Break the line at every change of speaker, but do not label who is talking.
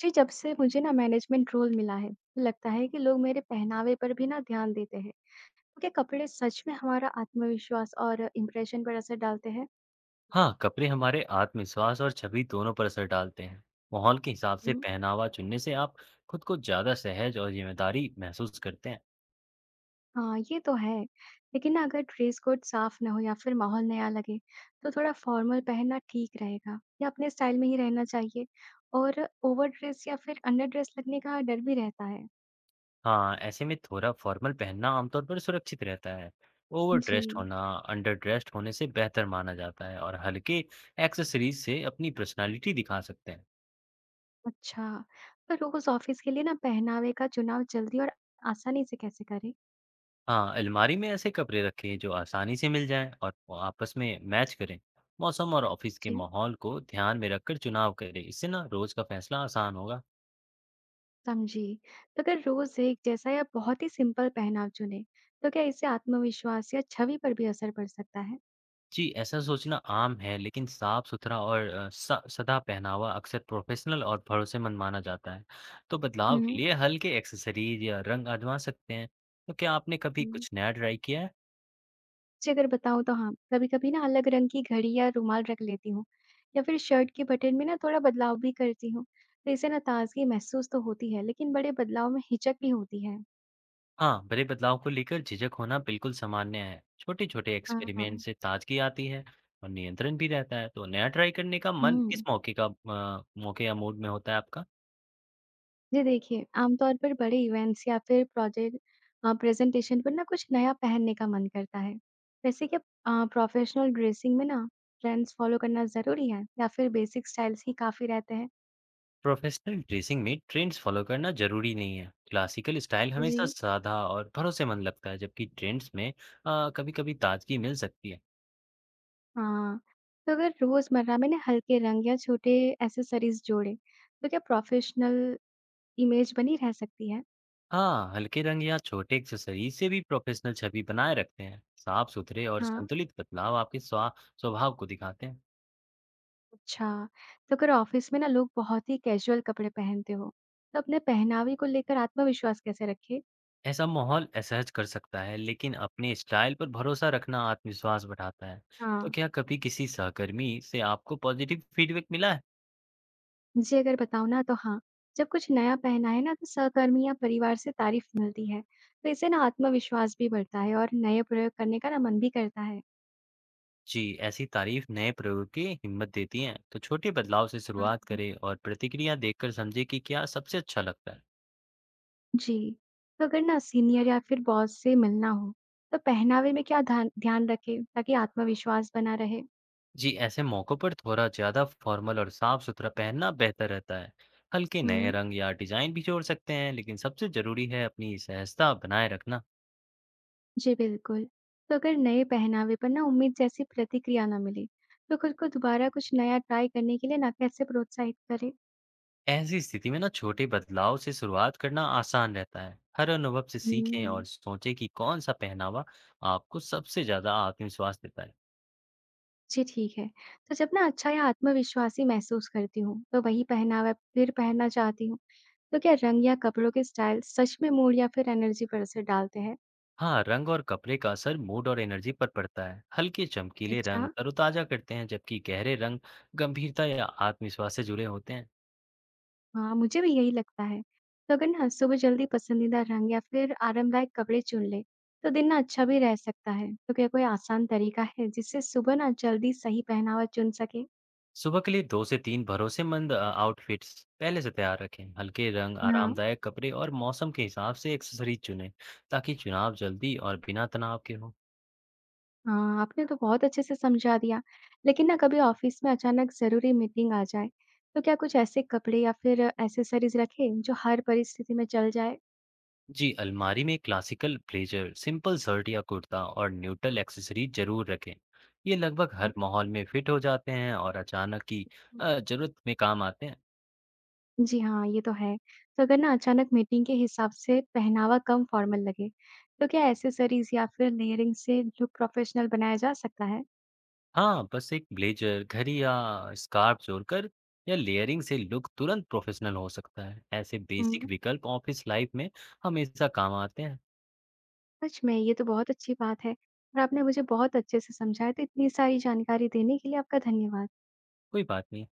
जी, जब से मुझे ना मैनेजमेंट रोल मिला है, तो लगता है कि लोग मेरे पहनावे पर भी ना ध्यान देते हैं। क्या कपड़े सच में हमारा आत्मविश्वास और इम्प्रेशन पर असर डालते हैं?
हाँ, कपड़े हमारे आत्मविश्वास और छवि दोनों पर असर डालते हैं। माहौल के हिसाब से
हुँ,
पहनावा चुनने से आप खुद को ज़्यादा सहज और जिम्मेदारी महसूस करते हैं।
हाँ, ये तो है। लेकिन ना अगर ड्रेस कोड साफ ना हो या फिर माहौल नया लगे, तो थोड़ा फॉर्मल पहनना ठीक रहेगा या अपने स्टाइल में ही रहना चाहिए। और ओवर ड्रेस या फिर अंडर ड्रेस लगने का डर भी रहता है।
हाँ, ऐसे में थोड़ा फॉर्मल पहनना आमतौर पर सुरक्षित रहता है। ओवर
जी,
ड्रेस्ड होना, अंडर ड्रेस्ड होने से बेहतर माना जाता है और हल्के एक्सेसरीज से अपनी पर्सनालिटी दिखा सकते हैं।
अच्छा। पर रोज़ ऑफिस के लिए ना पहनावे का चुनाव जल्दी और आसानी से कैसे करें?
हाँ, अलमारी में ऐसे कपड़े रखें जो आसानी से मिल जाएं और वो आपस में मैच करें। मौसम और ऑफिस के
जी।
माहौल को ध्यान में रखकर चुनाव करें। इससे ना रोज का फैसला आसान होगा।
समझी। तो अगर रोज एक जैसा या बहुत ही सिंपल पहनाव चुने, तो क्या इससे आत्मविश्वास या छवि पर भी असर पड़ सकता है?
जी, ऐसा सोचना आम है, लेकिन साफ-सुथरा और अ, स सदा पहनावा अक्सर प्रोफ़ेशनल और भरोसेमंद माना जाता है। तो बदलाव के
हुँ,
लिए हल्के एक्सेसरीज़ या रंग आज़मा सकते हैं। तो क्या आपने कभी
हुँ।
कुछ नया ट्राई किया है?
जी, अगर बताऊँ तो हाँ, कभी-कभी ना अलग रंग की घड़ी या रुमाल रख लेती हूँ या फिर शर्ट के बटन में ना थोड़ा बदलाव भी करती हूँ। तो इससे ना ताज़गी महसूस तो होती है, लेकिन बड़े बदलाव में हिचक भी होती है।
हाँ, बड़े बदलाव को लेकर झिझक होना बिल्कुल सामान्य है। छोटे-छोटे एक्सपेरिमेंट
हाँ,
से ताज़गी आती है और नियंत्रण भी रहता है। तो नया ट्राई करने का मन किस
हुँ।
मौके का अ, मौके या मूड में होता है आपका?
जी देखिए, आमतौर पर बड़े इवेंट्स या फिर प्रोजेक्ट प्रेज़ेंटेशन पर ना कुछ नया पहनने का मन करता है। वैसे क्या प्रोफ़ेशनल ड्रेसिंग में ना ट्रेंड्स फ़ॉलो करना ज़रूरी है या फिर बेसिक स्टाइल्स ही काफ़ी रहते हैं?
प्रोफेशनल ड्रेसिंग में ट्रेंड्स फॉलो करना जरूरी नहीं है। क्लासिकल स्टाइल
जी।
हमेशा सादा और भरोसेमंद लगता है, जबकि ट्रेंड्स में कभी कभी ताजगी मिल सकती है।
हाँ, तो अगर रोज़मर्रा में ना हल्के रंग या छोटे एक्सेसरीज़ जोड़ें, तो क्या प्रोफ़ेशनल इमेज बनी रह सकती है?
हाँ, हल्के रंग या छोटे एक्सेसरीज से भी प्रोफेशनल छवि बनाए रखते हैं। साफ सुथरे और
हाँ,
संतुलित बदलाव आपके स्वा स्वभाव को दिखाते हैं।
अच्छा। तो अगर ऑफ़िस में ना लोग बहुत ही कैजुअल कपड़े पहनते हों, तो अपने पहनावे को लेकर आत्मविश्वास कैसे रखें?
ऐसा माहौल असहज कर सकता है, लेकिन अपने स्टाइल पर भरोसा रखना आत्मविश्वास बढ़ाता है। तो
हाँ।
क्या कभी किसी सहकर्मी से आपको पॉजिटिव फीडबैक मिला है?
जी, अगर बताऊँ ना तो हाँ, जब कुछ नया पहना है ना तो सहकर्मी या परिवार से तारीफ मिलती है, तो इससे ना आत्मविश्वास भी बढ़ता है और नए प्रयोग करने का ना मन भी करता है।
जी, ऐसी तारीफ नए प्रयोग की हिम्मत देती है। तो छोटे बदलाव से शुरुआत
हाँ।
करें और प्रतिक्रिया देखकर समझे कि क्या सबसे अच्छा लगता है।
जी, तो अगर ना सीनियर या फिर बॉस से मिलना हो, तो पहनावे में क्या ध्यान ध्यान रखें ताकि आत्मविश्वास बना रहे?
जी, ऐसे मौकों पर थोड़ा ज्यादा फॉर्मल और साफ सुथरा पहनना बेहतर रहता है। हल्के नए
हुँ,
रंग या डिजाइन भी जोड़ सकते हैं, लेकिन सबसे जरूरी है अपनी सहजता बनाए रखना।
जी बिल्कुल। तो अगर नए पहनावे पर ना उम्मीद जैसी प्रतिक्रिया ना मिले, तो खुद को दोबारा कुछ नया ट्राई करने के लिए ना कैसे प्रोत्साहित करें?
ऐसी स्थिति में ना छोटे बदलाव से शुरुआत करना आसान रहता है। हर अनुभव से सीखें और
हुँ।
सोचें कि कौन सा पहनावा आपको सबसे ज्यादा आत्मविश्वास देता है।
जी, ठीक है। तो जब ना अच्छा या आत्मविश्वासी महसूस करती हूँ, तो वही पहनावा फिर पहनना चाहती हूँ। तो क्या रंग या कपड़ों के स्टाइल सच में मूड या फिर एनर्जी पर असर डालते हैं?
हाँ, रंग और कपड़े का असर मूड और एनर्जी पर पड़ता है। हल्के चमकीले
अच्छा,
रंग तरोताजा करते हैं, जबकि गहरे रंग गंभीरता या आत्मविश्वास से जुड़े होते हैं।
हाँ, मुझे भी यही लगता है। तो अगर ना सुबह जल्दी पसंदीदा रंग या फिर आरामदायक कपड़े चुन ले, तो दिन ना अच्छा भी रह सकता है। तो क्या कोई आसान तरीका है जिससे सुबह ना जल्दी सही पहनावा चुन सके?
सुबह के लिए 2 से 3 भरोसेमंद आउटफिट्स पहले से तैयार रखें। हल्के रंग,
हाँ।
आरामदायक कपड़े और मौसम के हिसाब से एक्सेसरीज चुनें, ताकि चुनाव जल्दी और बिना तनाव के हो।
हाँ, आपने तो बहुत अच्छे से समझा दिया। लेकिन ना कभी ऑफिस में अचानक ज़रूरी मीटिंग आ जाए, तो क्या कुछ ऐसे कपड़े या फिर एक्सेसरीज़ रखें जो हर परिस्थिति में चल जाए?
जी, अलमारी में क्लासिकल ब्लेजर, सिंपल शर्ट या कुर्ता और न्यूट्रल एक्सेसरीज जरूर रखें। ये लगभग
हाँ।
हर माहौल में फिट हो जाते हैं और अचानक की जरूरत में काम आते हैं।
जी हाँ, ये तो है। तो अगर ना अचानक मीटिंग के हिसाब से पहनावा कम फॉर्मल लगे, तो क्या एक्सेसरीज़ या फिर लेयरिंग से लुक प्रोफेशनल बनाया जा सकता है?
हाँ, बस एक ब्लेजर, घड़ी या स्कार्फ जोड़कर या लेयरिंग से लुक तुरंत प्रोफेशनल हो सकता है। ऐसे बेसिक
हम्म।
विकल्प ऑफिस लाइफ में हमेशा काम आते हैं।
सच में ये तो बहुत अच्छी बात है और आपने मुझे बहुत अच्छे से समझाया, तो इतनी सारी जानकारी देने के लिए आपका धन्यवाद।
कोई बात नहीं।